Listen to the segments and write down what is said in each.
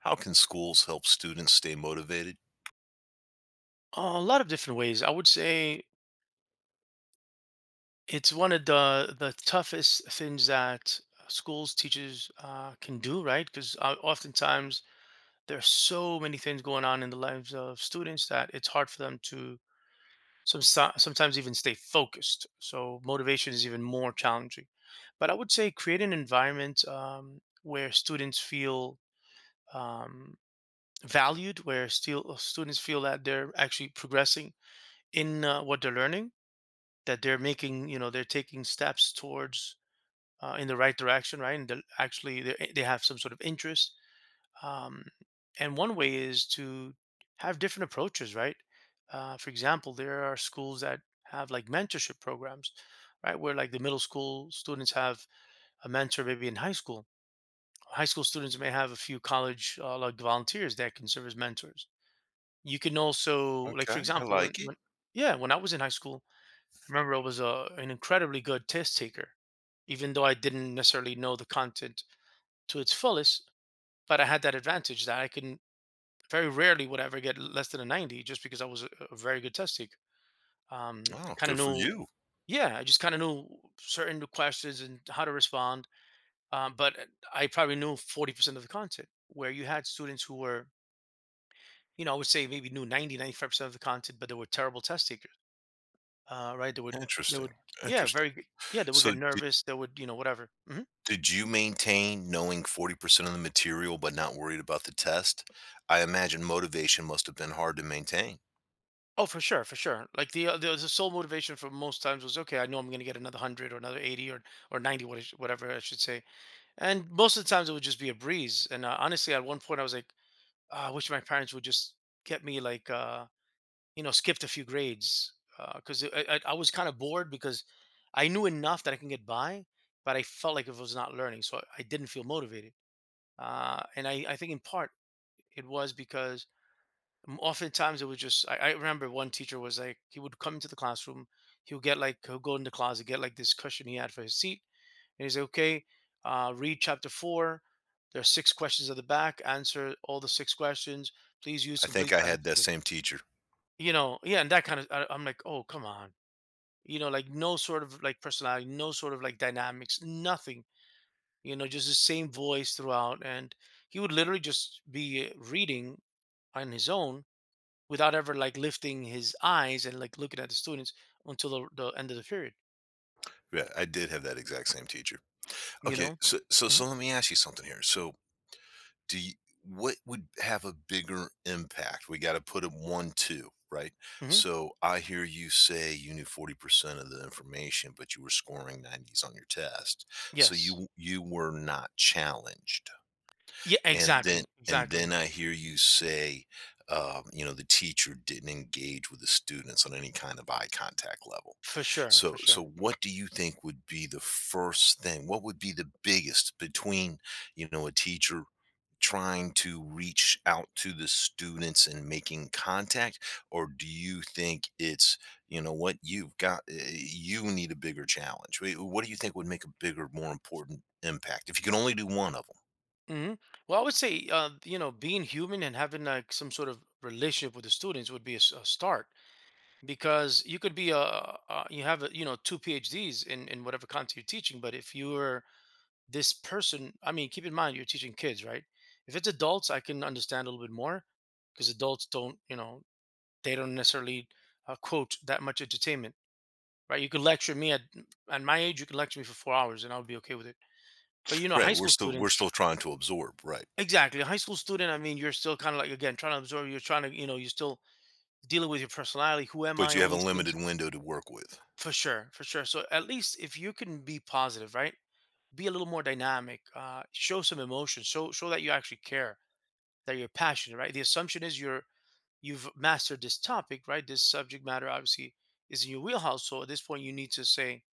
How can schools help students stay motivated? A lot of different ways. I would say it's one of the toughest things that schools teachers can do, right? Because oftentimes there are so many things going on in the lives of students that it's hard for them to sometimes even stay focused. So motivation is even more challenging. But I would say create an environment where students feel um, valued, where still students feel that they're actually progressing in what they're learning, that they're making, they're taking steps towards in the right direction, right? And they're actually, they have some sort of interest. Um, and one way is to have different approaches, right? For example, there are schools that have like mentorship programs, right? Where like the middle school students have a mentor, maybe in high school. High school students may have a few college like volunteers that can serve as mentors. You can also, like for Okay, I example, when, like it. when yeah, when I was in high school, I remember I was an incredibly good test taker, even though I didn't necessarily know the content to its fullest. But I had that advantage that I can very rarely would I ever get less than a 90, just because I was a very good test taker. I Oh, kind of good for knew, you. yeah, I just kind of knew certain questions and how to respond. But I probably knew 40% of the content, where you had students who were, you know, I would say maybe knew 90, 95% of the content, but they were terrible test takers, right? They Interesting. would, yeah, Interesting. Yeah, they would So get did, nervous. They would, you know, whatever. Hmm. did you maintain knowing 40% of the material but not worried about the test? I imagine motivation must have been hard to maintain. Oh, for sure, for sure. Like the sole motivation for most times was, okay, I know I'm going to get another hundred or another 80 or 90, whatever I should say. And most of the times it would just be a breeze. And honestly, at one point I was like, "Ah, I wish my parents would just get me like, you know, skipped a few grades, because I was kind of bored because I knew enough that I can get by, but I felt like if I was not learning, so I didn't feel motivated. And I think in part it was because oftentimes it was just, I remember one teacher was like, he would come into the classroom, he would get like, he'll go in the closet, get like this cushion he had for his seat, and he's like, okay, read chapter four, there are six questions at the back, answer all the six questions, please use I think complete I had that sentences. same teacher. You know, yeah, and that kind of, I'm like, oh, come on, you know, like no sort of like personality, no sort of like dynamics, nothing, you know, just the same voice throughout. And he would literally just be reading on his own without ever like lifting his eyes and like looking at the students until the end of the period, Yeah, I did have that exact same teacher. you Okay, know. so so Hmm. so let me ask you something here. Do you, what would have a bigger impact? We got to put it one, two, right? Hmm. So I hear you say you knew 40% of the information, but you were scoring 90s on your test. So Yes. you were not challenged. Yeah, And then exactly, and then exactly. I hear you say, you know, the teacher didn't engage with the students on any kind of eye contact level. For sure, for So sure. what do you think would be the first thing? What would be the biggest between you know a teacher trying to reach out to the students and making contact, or do you think it's, you know, what you've got, you need a bigger challenge? What do you think would make a bigger, more important impact if you can only do one of them? Hmm. Well, I would say, you know, being human and having like some sort of relationship with the students would be a start, because you could be a you have you know, two phds in whatever content you're teaching, but if you're this person, I mean, keep in mind, you're teaching kids, right? If it's adults, I can understand a little bit more, because adults don't, you know, they don't necessarily quote that much entertainment, right? You could lecture me at at my age, you could lecture me for 4 hours, and I'll be okay with it. But you know, high Right, we're school still we're students, still trying to absorb, right? exactly. A high school student, I mean, you're still kind of like, again, trying to absorb. You're trying to, you know, you're still dealing with your personality. Who am But I? you All have a these limited things, window to work with. for sure, for sure. So at least if you can be positive, right? Be a little more dynamic. Show some emotion. Show that you actually care, that you're passionate, right? The assumption is you're you've mastered this topic, right? This subject matter obviously is in your wheelhouse. So at this point, you need to say,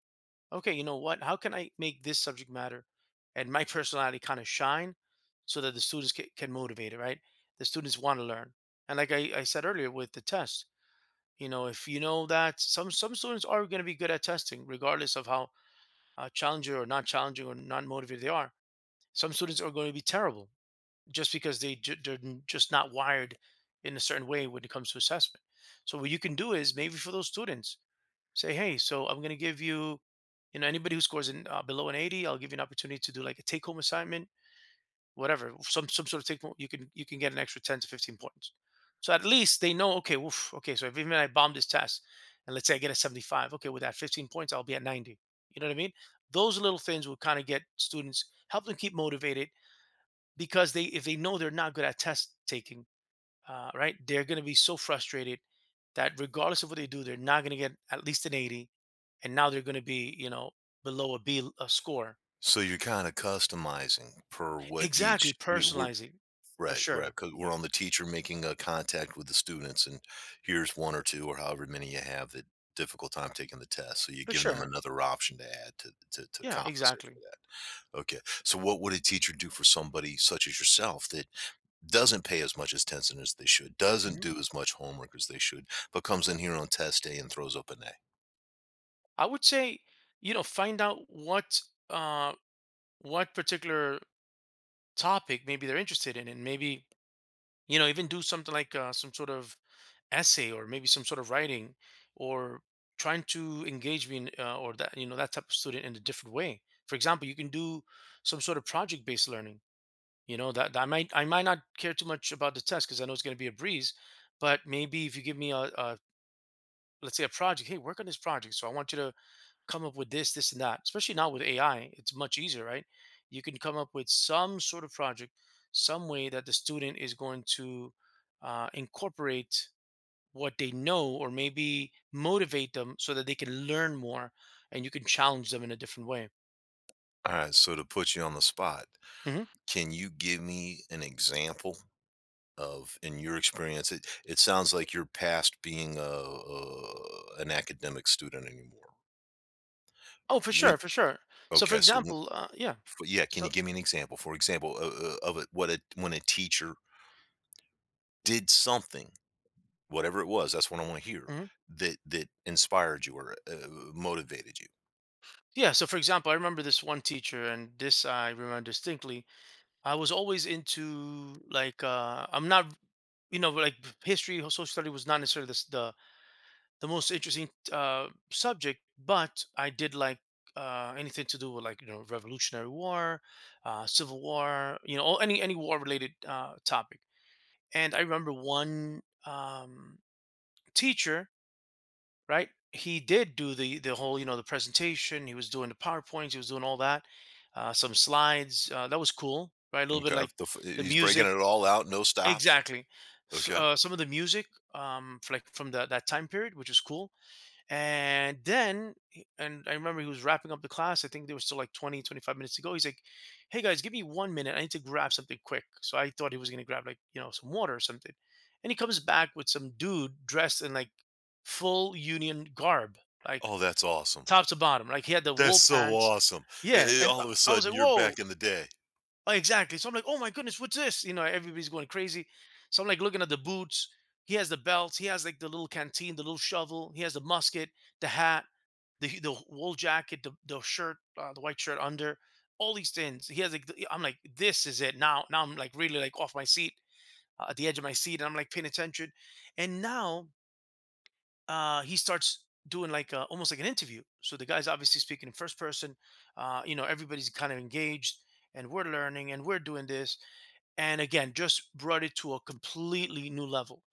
okay, you know what? How can I make this subject matter and my personality kind of shine, so that the students can motivate it, right? The students want to learn. And like I said earlier with the test, you know, if you know that some students are going to be good at testing, regardless of how challenging or not motivated they are. Some students are going to be terrible, just because they ju- they're n- just not wired in a certain way when it comes to assessment. So what you can do is maybe for those students, say, hey, so I'm going to give you, you know, anybody who scores in below an 80, I'll give you an opportunity to do like a take-home assignment, whatever, some sort of take-home. You can get an extra 10 to 15 points. So at least they know, okay, oof, okay, so if even I bomb this test, and let's say I get a 75, okay, with that 15 points, I'll be at 90. You know what I mean? Those little things will kind of get students, help them keep motivated, because they, if they know they're not good at test taking, right, they're going to be so frustrated that regardless of what they do, they're not going to get at least an 80, and now they're going to be, you know, below a B a score. So you're kind of customizing per what Exactly, each, personalizing. For right, right. sure, Because 'cause we're on the teacher making a contact with the students, and here's 1 or 2 or however many you have that difficult time taking the test, so you for give them sure. another option to add to to Yeah, compensate for exactly. that. Okay, so what would a teacher do for somebody such as yourself that doesn't pay as much attention as they should, doesn't Mhm. do as much homework as they should, but comes in here on test day and throws up an A? I would say, you know, find out uh what particular topic maybe they're interested in, and maybe, you know, even do something like some sort of essay, or maybe some sort of writing, or trying to engage me in, or that, you know, that type of student in a different way. For example, you can do some sort of project based learning. You know that I might not care too much about the test, because I know it's going to be a breeze, but maybe if you give me a let's say a project, hey, work on this project, so I want you to come up with this, this and that, especially now with ai, it's much easier, right? You can come up with some sort of project, some way that the student is going to incorporate what they know, or maybe motivate them so that they can learn more, and you can challenge them in a different way. Alright, so to put you on the spot, Hmm. can you give me an example of, in your experience — it sounds like you're past being a, an academic student anymore. Oh, for When, sure, for sure. So for okay, example, yeah, can you so give me an example, for example, of it, what a, when a teacher did something, whatever it was, that's what I want to hear, mhm. that that inspired you, or motivated you? Yeah, so for example, I remember this one teacher, and this I remember distinctly. I was always into like, I'm not, you know, like history or social study was not necessarily the most interesting subject, but I did like anything to do with like, you know, Revolutionary War, Civil War, you know, any war related topic. And I remember one teacher, right? He did do the whole, you know, the presentation. He was doing the powerpoints. He was doing all that, some slides. That was cool, right? A little bit Okay, like the he's breaking music, it all out, no stops. exactly. S- Okay. Some of the music for like from that time period, which was cool. And then, and I remember he was wrapping up the class. I think there was still like 20, 25 minutes to go. He's like, hey guys, give me 1 minute. I need to grab something quick. So I thought he was going to grab like, you know, some water or something. And he comes back with some dude dressed in like full union garb, like Oh, that's awesome. top to bottom. Like he had the That's wool so pants. awesome. Uh, Yeah. And all of a I was sudden like, you're whoa, back in the day. like, exactly. So I'm like, oh my goodness, what's this? You know, everybody's going crazy. So I'm like looking at the boots. He has the belt. He has like the little canteen, the little shovel. He has the musket, the hat, the wool jacket, the shirt, the white shirt under, all these things. He has like, I'm like, this is it now. Now I'm like really like off my seat, at the edge of my seat, and I'm like paying attention. And now he starts doing like almost like an interview. So the guy's obviously speaking in first person. Everybody's kind of engaged, and we're learning, and we're doing this. And again, just brought it to a completely new level.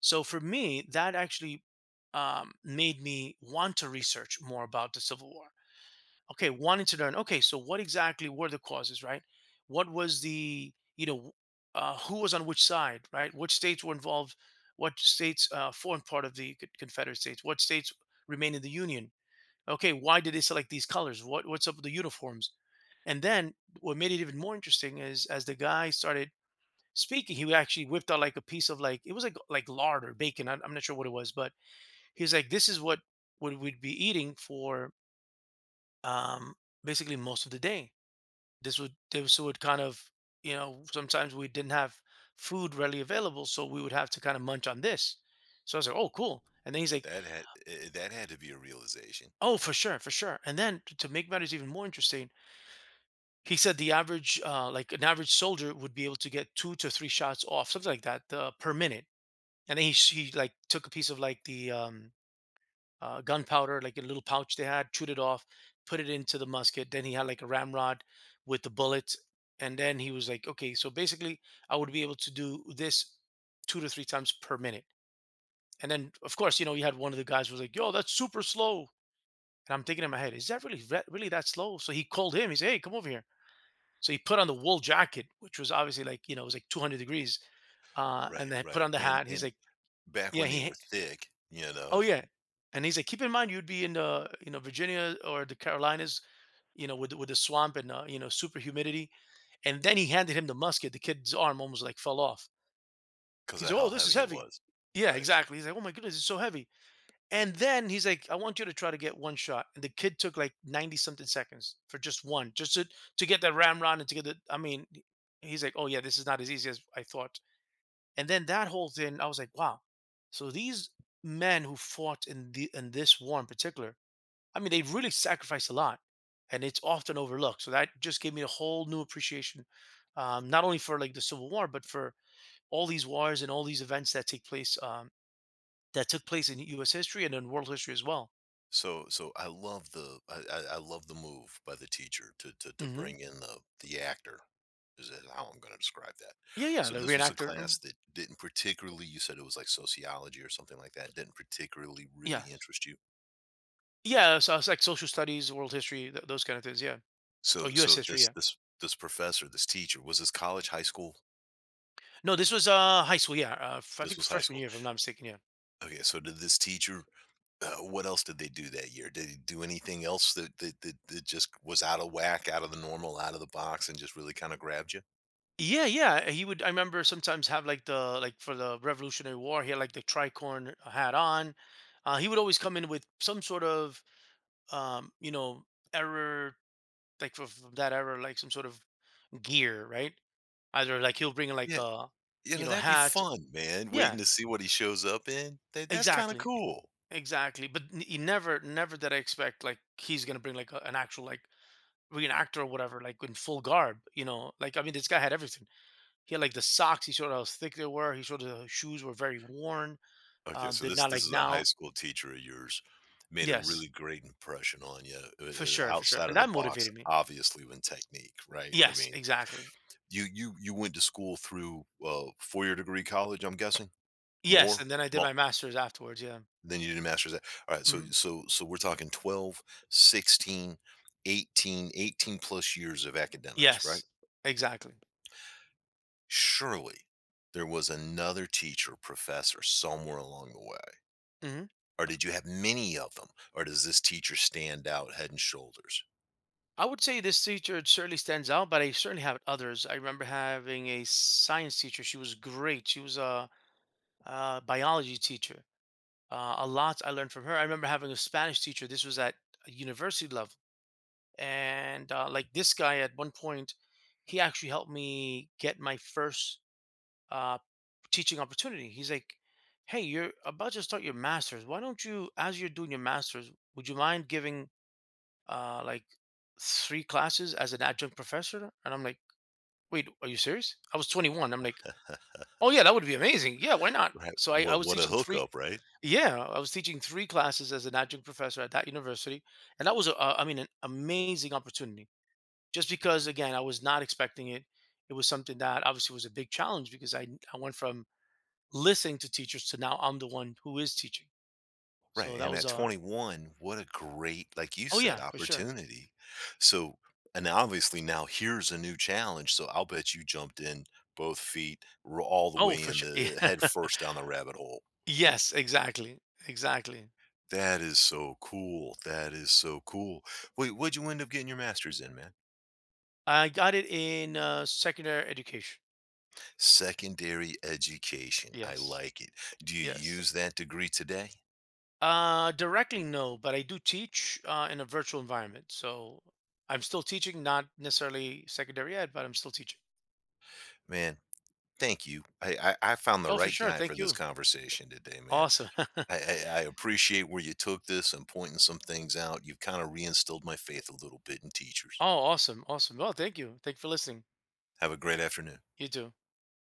So for me, that actually made me want to research more about the Civil War. Okay, wanting to learn, okay, so what exactly were the causes, right? What was the, who was on which side, right? Which states were involved? What states formed part of the confederate states? What states remained in the union? Okay, why did they select these colors? What, what's up with the uniforms? And then what made it even more interesting is as the guy started speaking, he would actually whipped out like a piece of like, it was like lard or bacon. I'm not sure what it was, but he was like, this is what we'd be eating for um basically most of the day. This would kind of, you know, sometimes we didn't have food readily available, so we would have to kind of munch on this. So I was like, oh cool. And then he's like, That had, that had to be a realization. oh for sure, for sure. And then to make matters even more interesting, he said the average like an average soldier would be able to get two to three shots off, something like that, per minute. And then he like took a piece of like the gunpowder, like a little pouch they had, chewed it off, put it into the musket. Then he had like a ramrod with the bullets. And then he was like, okay, so basically I would be able to do this two to three times per minute. And then, of course, you had one of the guys was like, yo, that's super slow. And I'm thinking in my head, is that really, really that slow? So he called him. He said, hey, come over here. So he put on the wool jacket, which was obviously like, you know, it was like 200 degrees. And Right, then put right, on the hat. He's and like, back yeah, when they he. were thick, you know, Oh because yeah, and he's like, keep in mind you'd be in the, you know, Virginia or the Carolinas, you know, with with the swamp and you know, super humidity. And then he handed him the musket. The kid's arm almost like fell off. He's of like, how oh, this is heavy it heavy. was. Yeah, Right. exactly. He's like, oh my goodness, it's so heavy. And then he's like, I want you to try to get one shot. And the kid took like 90 something seconds for just one, just to get that ramrod and to get the. I mean, he's like, oh yeah, this is not as easy as I thought. And then that whole thing, I was like, wow. So these men who fought in the in this war in particular, I mean, they've really sacrificed a lot, and it's often overlooked. So that just gave me a whole new appreciation, not only for like the Civil War, but for all these wars and all these events that take place, that took place in U.S. history and in world history as well. So I love the move by the teacher to to Hmm. bring in the actor, is how I'm gonna describe that. Yeah, yeah, So the this was a reenactor. Mm. class that didn't particularly — you said it was like sociology or something like that — didn't particularly really Yeah, interest you? yeah. So it's like social studies, world history, those kind of things. Yeah. Oh, So U.S. so history. this Yeah. this professor, this teacher, was this college, high school? No, this was high school. Yeah, I This think was high freshman school. year, if I'm not mistaken. Yeah. Okay, so did this teacher, what else did they do that year? Did he do anything else that that just was out of whack, out of the normal, out of the box, and just really kind of grabbed you? Yeah, yeah. He would. I remember sometimes have like the, like for the Revolutionary War, he had like the tricorn hat on. He would always come in with some sort of um, you know error, like from that era, like some sort of gear, right? Either like he'll bring like Yeah, a, you you know, know, that'd be hat. fun, man. Waiting Yeah, to see what he shows up in. That's kind of exactly, cool. exactly. But he never, never did I expect like he's gonna bring like a, an actual like reenactor or whatever, like in full garb. You know, like, I mean, this guy had everything. He had like the socks. He showed how thick they were. He showed the shoes were very worn. Okay, so They're this not like is a high now. school teacher of yours, made a Yes, really great impression on you, for sure, for sure. outside And of the that box, motivated me. obviously, when technique, right? I Yes, mean, exactly. you went to school through 4 year degree college, I'm guessing, Yes, more. and then I did my master's afterwards. Yeah. Then you did a master's at all right, so Hmm. so we're talking 12, 16, 18, 18 plus years of academics, right? Yes, exactly. Surely there was another teacher, professor somewhere along the way. Hmm. Or did you have many of them? Or does this teacher stand out head and shoulders? I would say this teacher certainly stands out, but I certainly have others. I remember having a science teacher. She was great. She was a, uh, biology teacher. A lot I learned from her. I remember having a Spanish teacher. This was at a university level. And like this guy at one point, he actually helped me get my first uh, teaching opportunity. He's like, hey, you're about to start your masters, why don't you, as you're doing your masters, would you mind giving like three classes as an adjunct professor? And I'm like, wait, are you serious? I was 21. I'm like, oh yeah, that would be amazing, yeah, why not? Right. So I was What a teaching three, hookup, right? yeah, I was teaching three classes as an adjunct professor at that university. And that was a, I mean, an amazing opportunity, just because, again, I was not expecting it. It was something that obviously was a big challenge because I went from listening to teachers to now I'm the one who is teaching. Right, So that and was at a. 21, what a great, like you Oh said, yeah, for sure. opportunity. So, and obviously now here's a new challenge. So I'll bet you jumped in both feet, all the Oh way for in sure. the head first down the rabbit hole. Yes, exactly, exactly. That is so cool. That is so cool. Wait, what'd you end up getting your master's in, man? I got it in secondary education. Secondary education. I Yes. like it. Do you Yes. use that degree today? Uh, directly, no, but I do teach in a virtual environment, so I'm still teaching. Not necessarily secondary ed, but I'm still teaching. Man, thank you. I found the Oh for right sure, guy for thank this you. conversation today, man. Awesome. I appreciate where you took this and pointing some things out. You've kind of reinstilled my faith a little bit in teachers. Oh, awesome. Awesome. Well, thank you. Thank you for listening. Have a great afternoon. You too.